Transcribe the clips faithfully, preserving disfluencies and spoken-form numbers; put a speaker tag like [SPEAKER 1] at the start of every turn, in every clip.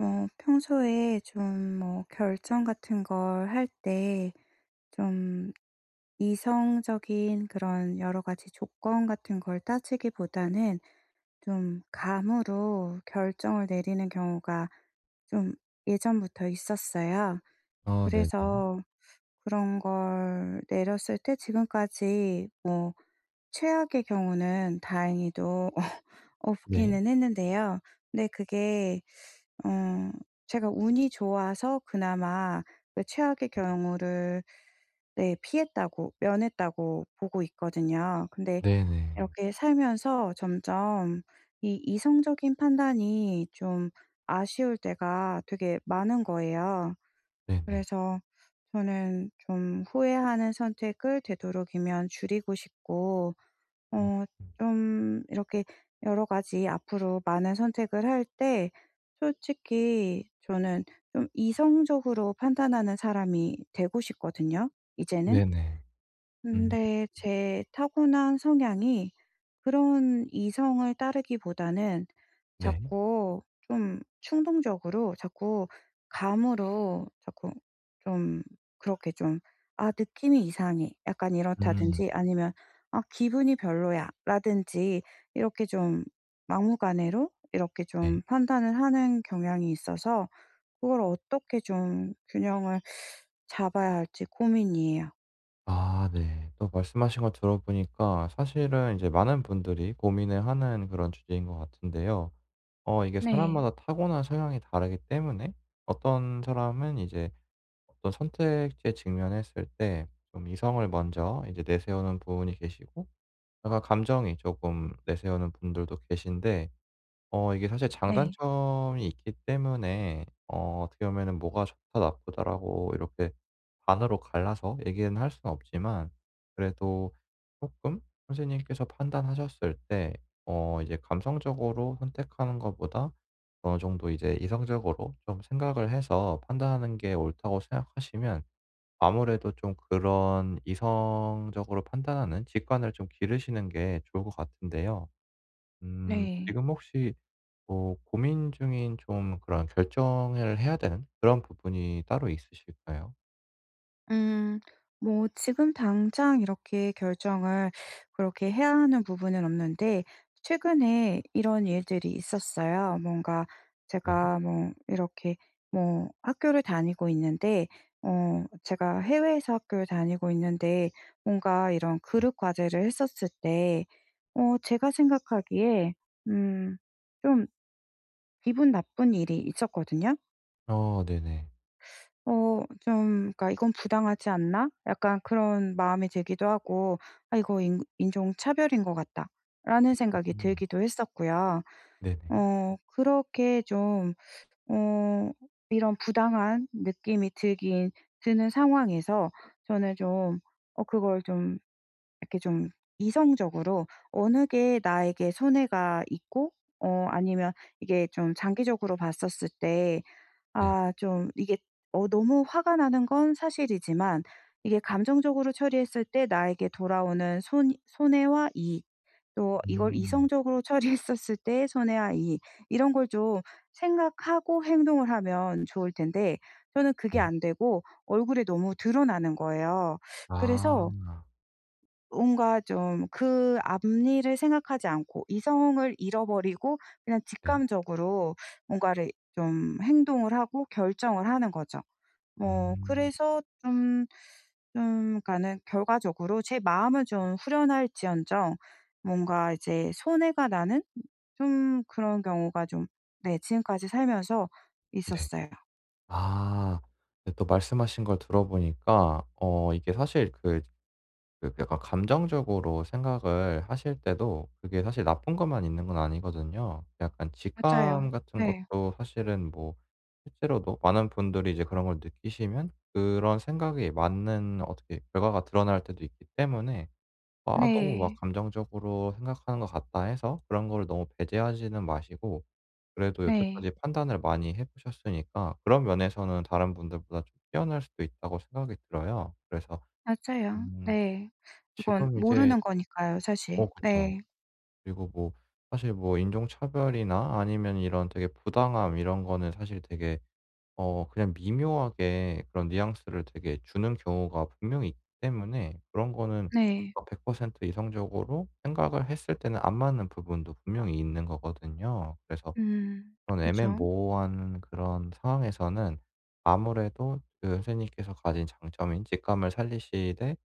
[SPEAKER 1] 어 평소에 좀 뭐 결정 같은 걸 할 때, 좀 이성적인 그런 여러 가지 조건 같은 걸 따지기보다는 좀 감으로 결정을 내리는 경우가 좀 예전부터 있었어요.
[SPEAKER 2] 어 네네.
[SPEAKER 1] 그래서 그런 걸 내렸을 때 지금까지 뭐 최악의 경우는 다행히도
[SPEAKER 2] 네.
[SPEAKER 1] 없기는 했는데요. 근데 그게 어 제가 운이 좋아서 그나마 그 최악의 경우를, 네, 피했다고 면했다고 보고 있거든요. 근데
[SPEAKER 2] 네네.
[SPEAKER 1] 이렇게 살면서 점점 이 이성적인 판단이 좀 아쉬울 때가 되게 많은 거예요.
[SPEAKER 2] 네네.
[SPEAKER 1] 그래서 저는 좀 후회하는 선택을 되도록이면 줄이고 싶고,
[SPEAKER 2] 음
[SPEAKER 1] 어
[SPEAKER 2] 음.
[SPEAKER 1] 좀 이렇게 여러 가지 앞으로 많은 선택을 할 때 솔직히 저는 좀 이성적으로 판단하는 사람이 되고 싶거든요 이제는.
[SPEAKER 2] 네네. 음
[SPEAKER 1] 근데 제 타고난 성향이 그런 이성을 따르기보다는
[SPEAKER 2] 네.
[SPEAKER 1] 자꾸 좀 충동적으로 자꾸 감으로 자꾸 좀 그렇게 좀 '아 느낌이 이상해.' 약간
[SPEAKER 2] 음
[SPEAKER 1] 이렇다든지 아니면 '아 기분이 별로야.' 라든지 이렇게 좀 막무가내로 이렇게
[SPEAKER 2] 네.
[SPEAKER 1] 좀 판단을 하는 경향이 있어서 그걸 어떻게 좀 균형을 잡아야 할지 고민이에요.
[SPEAKER 2] 아 네. 또 말씀하신 거 들어보니까 사실은 이제 많은 분들이 고민을 하는 그런 주제인 것 같은데요. 어 이게
[SPEAKER 1] 네.
[SPEAKER 2] 사람마다 타고난 성향이 다르기 때문에, 어떤 사람은 이제 어떤 선택지에 직면했을 때 좀 이성을 먼저 이제 내세우는 분이 계시고, 약간 감정이 조금 내세우는 분들도 계신데, 어 이게 사실
[SPEAKER 1] 네.
[SPEAKER 2] 장단점이 있기 때문에 어 어떻게 보면은 뭐가 좋다 나쁘다라고 이렇게 반으로 갈라서 얘기는 할 수는 없지만, 그래도 조금 선생님께서 판단하셨을 때 어 이제 감성적으로 선택하는 것보다 어느 정도 이제 이성적으로 좀 생각을 해서 판단하는 게 옳다고 생각하시면, 아무래도 좀 그런 이성적으로 판단하는 직관을 좀 기르시는 게 좋을 것 같은데요.
[SPEAKER 1] 네.
[SPEAKER 2] 음
[SPEAKER 1] 네.
[SPEAKER 2] 지금 혹시 뭐 고민 중인 좀 그런 결정을 해야 되는 그런 부분이 따로 있으실까요?
[SPEAKER 1] 음. 뭐 지금 당장 이렇게 결정을 그렇게 해야 하는 부분은 없는데 최근에 이런 일들이 있었어요. 뭔가
[SPEAKER 2] 네.
[SPEAKER 1] 제가 뭐 이렇게 뭐 학교를 다니고 있는데, 어 제가 해외에서 학교를 다니고 있는데, 뭔가 이런
[SPEAKER 2] 네.
[SPEAKER 1] 그룹 과제를 했었을 때 어 제가 생각하기에 음 좀 기분 나쁜 일이 있었거든요.
[SPEAKER 2] 어 네네.
[SPEAKER 1] 어 좀 그러니까 '이건 부당하지 않나?' 약간 그런 마음이 들기도 하고, '아 이거 인 인종차별인 것 같다.'라는 생각이
[SPEAKER 2] 음.
[SPEAKER 1] 들기도 했었고요.
[SPEAKER 2] 네네.
[SPEAKER 1] 어 그렇게 좀 어 이런 부당한 느낌이 들긴 드는 상황에서 저는 좀 어 그걸 좀 이렇게 좀 이성적으로 어느 게 나에게 손해가 있고, 어 아니면 이게 좀 장기적으로 봤었을 때
[SPEAKER 2] 네.
[SPEAKER 1] 아 좀 이게 어 너무 화가 나는 건 사실이지만 이게 감정적으로 처리했을 때 나에게 돌아오는 손 손해와 이익, 또 이걸
[SPEAKER 2] 음.
[SPEAKER 1] 이성적으로 처리했었을 때의 손해와 이익, 이런 걸 좀 생각하고 행동을 하면 좋을 텐데 저는 그게
[SPEAKER 2] 네.
[SPEAKER 1] 안 되고 얼굴에 너무 드러나는 거예요.
[SPEAKER 2] 아.
[SPEAKER 1] 그래서 뭔가 좀 그 앞일을 생각하지 않고 이성을 잃어버리고 그냥
[SPEAKER 2] 네.
[SPEAKER 1] 직감적으로 뭔가를 좀 행동을 하고 결정을 하는 거죠. 뭐
[SPEAKER 2] 음.
[SPEAKER 1] 그래서 좀 좀 그러니까는 결과적으로 제 마음은 좀 후련할지언정 뭔가 이제 손해가 나는 좀 그런 경우가 좀, 네, 지금까지 살면서
[SPEAKER 2] 네.
[SPEAKER 1] 있었어요.
[SPEAKER 2] 아. 네, 또 말씀하신 걸 들어보니까 어 이게 사실 그 그 약간 감정적으로 생각을 하실 때도 그게 사실 나쁜 것만 있는 건 아니거든요. 약간 직감
[SPEAKER 1] 맞아요.
[SPEAKER 2] 같은
[SPEAKER 1] 네.
[SPEAKER 2] 것도 사실은 뭐 실제로도 많은 분들이 이제 그런 걸 느끼시면 그런 생각이 맞는 어떻게 결과가 드러날 때도 있기 때문에, '아 너무 막
[SPEAKER 1] 네.
[SPEAKER 2] 감정적으로 생각하는 것 같다.' 해서 그런 거를 너무 배제하지는 마시고, 그래도
[SPEAKER 1] 네.
[SPEAKER 2] 여태까지 판단을 많이 해 보셨으니까 그런 면에서는 다른 분들보다 좀 뛰어날 수도 있다고 생각이 들어요. 그래서
[SPEAKER 1] 맞아요.
[SPEAKER 2] 음
[SPEAKER 1] 네. 그건
[SPEAKER 2] 지금 이제
[SPEAKER 1] 모르는 거니까요 사실.
[SPEAKER 2] 어 그쵸.
[SPEAKER 1] 네.
[SPEAKER 2] 그리고 뭐 사실 뭐 인종차별이나 아니면 이런 되게 부당함 이런 거는 사실 되게 어 그냥 미묘하게 그런 뉘앙스를 되게 주는 경우가 분명히 있기 때문에, 그런 거는
[SPEAKER 1] 네.
[SPEAKER 2] 어 백 퍼센트 이성적으로 생각을 했을 때는 안 맞는 부분도 분명히 있는 거거든요. 그래서
[SPEAKER 1] 음.
[SPEAKER 2] 그런
[SPEAKER 1] 그죠.
[SPEAKER 2] 애매모호한 그런 상황에서는 아무래도 그 선생님께서 가진 장점인 직감을 살리시되,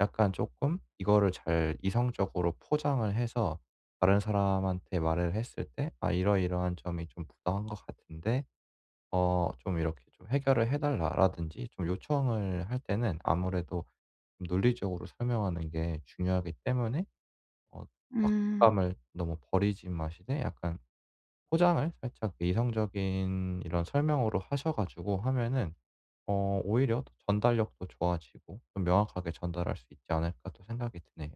[SPEAKER 2] 약간 쪼끔 이거를 잘 이성적으로 포장을 해서 다른 사람한테 말을 했을 때 "아 이러이러한 점이 좀 부당한 것 같은데 어 좀 이렇게 좀 해결을 해 달라."라든지 좀 요청을 할 때는 아무래도 좀 논리적으로 설명하는 게 중요하기 때문에, 어
[SPEAKER 1] 음.
[SPEAKER 2] 막직감을 너무 버리진 마시되 약간 포장을 살짝 이성적인 이런 설명으로 하셔 가지고 하면은 어 오히려 더 전달력도 좋아지고 좀 명확하게 전달할 수 있지 않을까 또 생각이 드네요.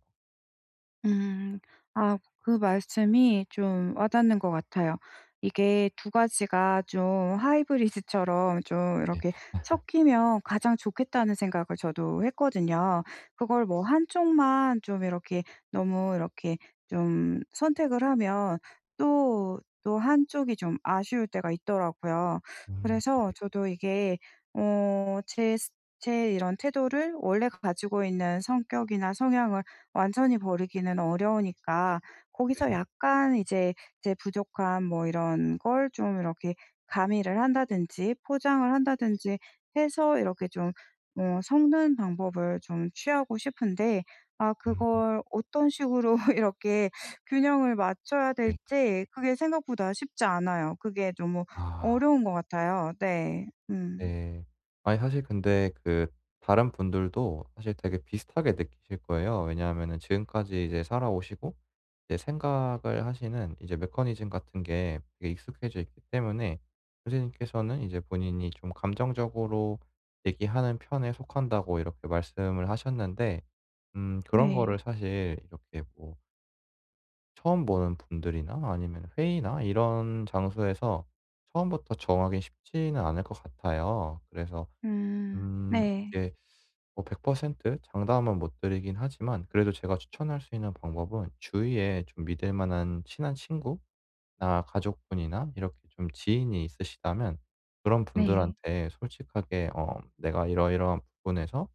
[SPEAKER 1] 음. 아 그 말씀이 좀 와닿는 것 같아요. 이게 두 가지가 좀 하이브리드처럼 좀
[SPEAKER 2] 네.
[SPEAKER 1] 이렇게 섞이면 가장 좋겠다는 생각을 저도 했거든요. 그걸 뭐 한 쪽만 좀 이렇게 너무 이렇게 좀 선택을 하면 또, 또 한 쪽이 좀 아쉬울 때가 있더라고요.
[SPEAKER 2] 음.
[SPEAKER 1] 그래서 저도 이게 어 제 스 제 이런 태도를 원래 가지고 있는 성격이나 성향을 완전히 버리기는 어려우니까
[SPEAKER 2] 네.
[SPEAKER 1] 거기서 약간 이제 제 부족함 뭐 이런 걸 좀 이렇게 가미를 한다든지 포장을 한다든지 해서 이렇게 좀 어 섞는 방법을 좀 취하고 싶은데 아
[SPEAKER 2] 음.
[SPEAKER 1] 그걸 어떤 식으로 이렇게 균형을 맞춰야
[SPEAKER 2] 네.
[SPEAKER 1] 될지 그게 생각보다 쉽지 않아요. 그게 너무
[SPEAKER 2] 아
[SPEAKER 1] 어려운 것 같아요. 네. 음.
[SPEAKER 2] 네. 아니 사실 근데 그 다른 분들도 사실 되게 비슷하게 느끼실 거예요. 왜냐하면은 지금까지 이제 살아오시고 이제 생각을 하시는 이제 메커니즘 같은 게 되게 익숙해져 있기 때문에, 선생님께서는 이제 본인이 좀 감정적으로 얘기하는 편에 속한다고 이렇게 말씀을 하셨는데, 음 그런 거를
[SPEAKER 1] 네.
[SPEAKER 2] 사실 이렇게 뭐 처음 보는 분들이나 아니면 회의나 이런 장소에서 처음부터 정하기 쉽지는 않을 것 같아요. 그래서
[SPEAKER 1] 음.
[SPEAKER 2] 음
[SPEAKER 1] 네.
[SPEAKER 2] 이게 뭐 백 퍼센트 장담은 못 드리긴 하지만, 그래도 제가 추천할 수 있는 방법은 주위에 좀 믿을 만한 친한 친구나 가족분이나 이렇게 좀 지인이 있으시다면, 그런
[SPEAKER 1] 네.
[SPEAKER 2] 분들한테 솔직하게 어 "내가 이러이러한 부분에서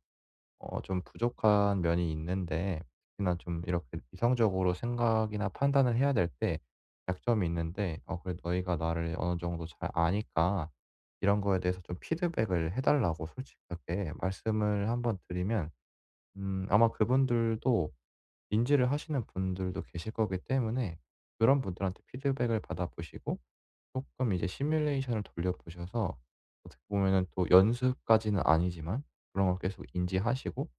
[SPEAKER 2] 어 좀 부족한 면이 있는데, 특히나 좀 이렇게 이성적으로 생각이나 판단을 해야 될 때 약점이 있는데, 어 그래 "너희가 나를 어느 정도 잘 아니까 이런 거에 대해서 좀 피드백을 해 달라."고 솔직하게 말씀을 한번 드리면, 음 아마 그분들도 인지를 하시는 분들도 계실 거기 때문에, 그런 분들한테 피드백을 받아 보시고 조금 이제 시뮬레이션을 돌려보셔서, 어떻게 보면은 또 연습까지는 아니지만 그런 걸 계속 인지하시고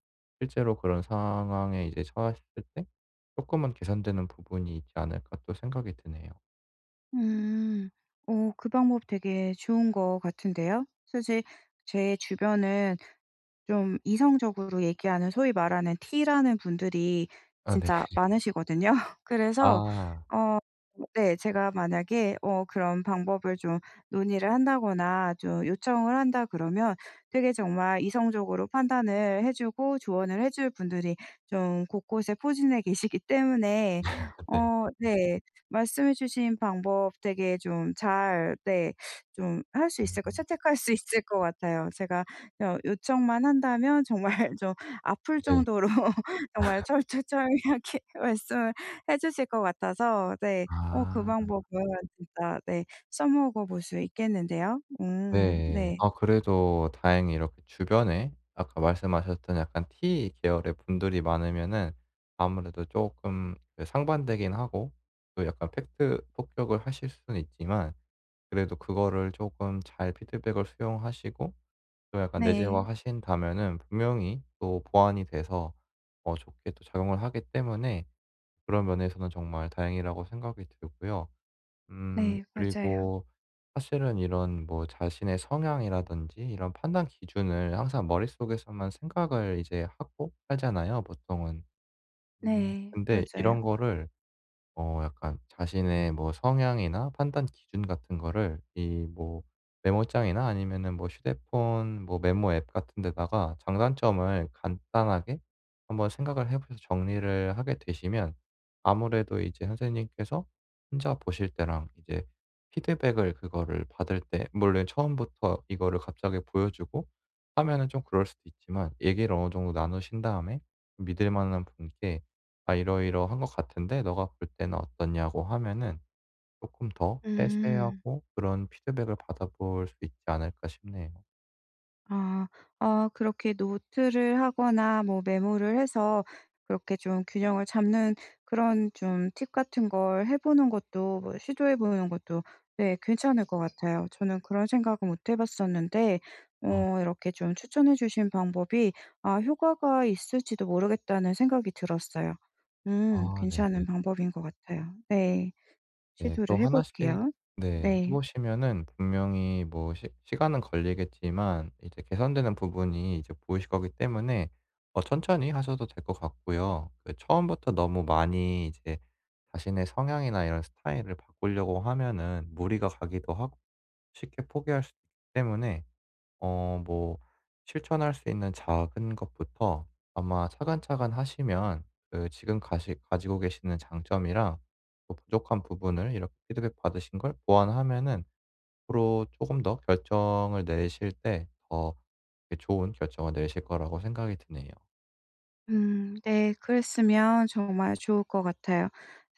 [SPEAKER 2] 실제로 그런 상황에 이제 처했을 때 조금은 개선되는 부분이 있지 않을까 또 생각이 드네요.
[SPEAKER 1] 음. 오 그 방법 되게 좋은 것 같은데요. 사실 제 주변은 좀 이성적으로 얘기하는 소위 말하는 T라는 분들이
[SPEAKER 2] 아 네.
[SPEAKER 1] 진짜 많으시거든요. 그래서
[SPEAKER 2] 아
[SPEAKER 1] 어 네, 제가 만약에 어 그런 방법을 좀 논의를 한다거나 좀 요청을 한다 그러면 되게 정말 이성적으로 판단을 해 주고 조언을 해줄 분들이 좀 곳곳에 포진해 계시기 때문에
[SPEAKER 2] 네.
[SPEAKER 1] 어 네, 말씀해 주신 방법 되게 좀 잘, 네, 좀 할 수 있을 거
[SPEAKER 2] 음
[SPEAKER 1] 채택할 수 있을 것 같아요. 제가 여 요청만 한다면 정말 좀 아플
[SPEAKER 2] 네.
[SPEAKER 1] 정도로 정말 철두철미하게 말씀을 해 주실 것 같아서, 네, 어 그
[SPEAKER 2] 아.
[SPEAKER 1] 방법은 진짜, 네, 써먹어 볼 수 있겠는데요. 음,
[SPEAKER 2] 네.
[SPEAKER 1] 네.
[SPEAKER 2] 아 그래도 다행히 이렇게 주변에 아까 말씀하셨던 약간 T 계열의 분들이 많으면은, 아무래도 쪼끔 그 상반되긴 하고 또 약간 팩트 폭격을 하실 수는 있지만, 그래도 그거를 쪼끔 잘 피드백을 수용하시고 또 약간
[SPEAKER 1] 네.
[SPEAKER 2] 내재화하신다면은 분명히 또 보완이 돼서 어 좋게 또 작용을 하기 때문에, 그런 면에서는 정말 다행이라고 생각이 들고요. 음
[SPEAKER 1] 네 맞아요.
[SPEAKER 2] 그리고 사실은 이런 뭐 자신의 성향이라든지 이런 판단 기준을 항상 머릿속에서만 생각을 이제 하고 살잖아요 보통은. 음
[SPEAKER 1] 네
[SPEAKER 2] 근데
[SPEAKER 1] 맞아요.
[SPEAKER 2] 이런 거를 어 약간 자신의 뭐 성향이나 판단 기준 같은 거를 이 뭐 메모장이나 아니면은 뭐 휴대폰 뭐 메모 앱 같은 데다가 장단점을 간단하게 한번 생각을 해 보셔서 정리를 하게 되시면, 아무래도 이제 선생님께서 혼자 보실 때랑 이제 피드백을 그거를 받을 때, 물론 처음부터 이거를 갑자기 보여주고 하면은 좀 그럴 수도 있지만, 얘기를 어느 정도 나누신 다음에 믿을 만한 분께 "아 이러이러한 것 같은데 너가 볼 때는 어떠냐."고 하면은 조금 더
[SPEAKER 1] 음.
[SPEAKER 2] 세세하고 그런 피드백을 받아볼 수 있지 않을까 싶네요.
[SPEAKER 1] 아. 어 그렇게 노트를 하거나 뭐 메모를 해서 그렇게 좀 균형을 잡는 그런 좀 팁 같은 걸 해 보는 것도 뭐 시도해 보는 것도, 네, 괜찮을 것 같아요. 저는 그런 생각은 못 해 봤었는데 어
[SPEAKER 2] 어
[SPEAKER 1] 이렇게 좀 추천해 주신 방법이 '아 효과가 있을지도 모르겠다.'는 생각이 들었어요. 음
[SPEAKER 2] 아 네네.
[SPEAKER 1] 괜찮은 방법인 것 같아요. 네.
[SPEAKER 2] 네. 또
[SPEAKER 1] 시도를 해
[SPEAKER 2] 하나씩 네
[SPEAKER 1] 볼게요.
[SPEAKER 2] 해
[SPEAKER 1] 네.
[SPEAKER 2] 보시면은 분명히 뭐 시 시간은 걸리겠지만 이제 개선되는 부분이 이제 보이실 거기 때문에, 어 천천히 하셔도 될 것 같고요. 그 처음부터 너무 많이 이제 자신의 성향이나 이런 스타일을 바꾸려고 하면은 무리가 가기도 하고 쉽게 포기할 수도 있기 때문에, 어 뭐 실천할 수 있는 작은 것부터 아마 차근차근 하시면, 그 지금 가시 가지고 계시는 장점이랑 또 부족한 부분을 이렇게 피드백 받으신 걸 보완하면은 앞으로 조금 더 결정을 내실 때 더, 예, 좋은 결정을 내실 거라고 생각이 드네요.
[SPEAKER 1] 음, 네. 그랬으면 정말 좋을 것 같아요.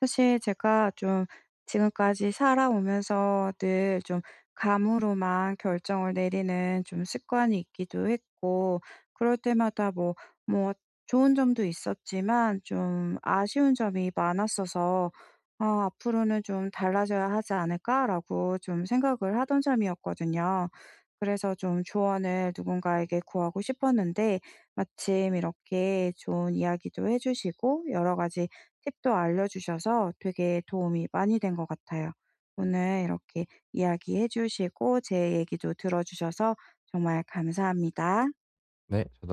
[SPEAKER 1] 사실 제가 좀 지금까지 살아오면서 늘 좀 감으로만 결정을 내리는 좀 습관이 있기도 했고 그럴 때마다 뭐 뭐 좋은 점도 있었지만 좀 아쉬운 점이 많았어서 '아 앞으로는 좀 달라져야 하지 않을까?'라고 좀 생각을 하던 점이었거든요. 그래서 좀 조언을 누군가에게 구하고 싶었는데 마침 이렇게 좋은 이야기도 해 주시고 여러 가지 팁도 알려주셔서 되게 도움이 많이 된 것 같아요. 오늘 이렇게 이야기해 주시고 제 얘기도 들어주셔서 정말 감사합니다.
[SPEAKER 2] 네. 저도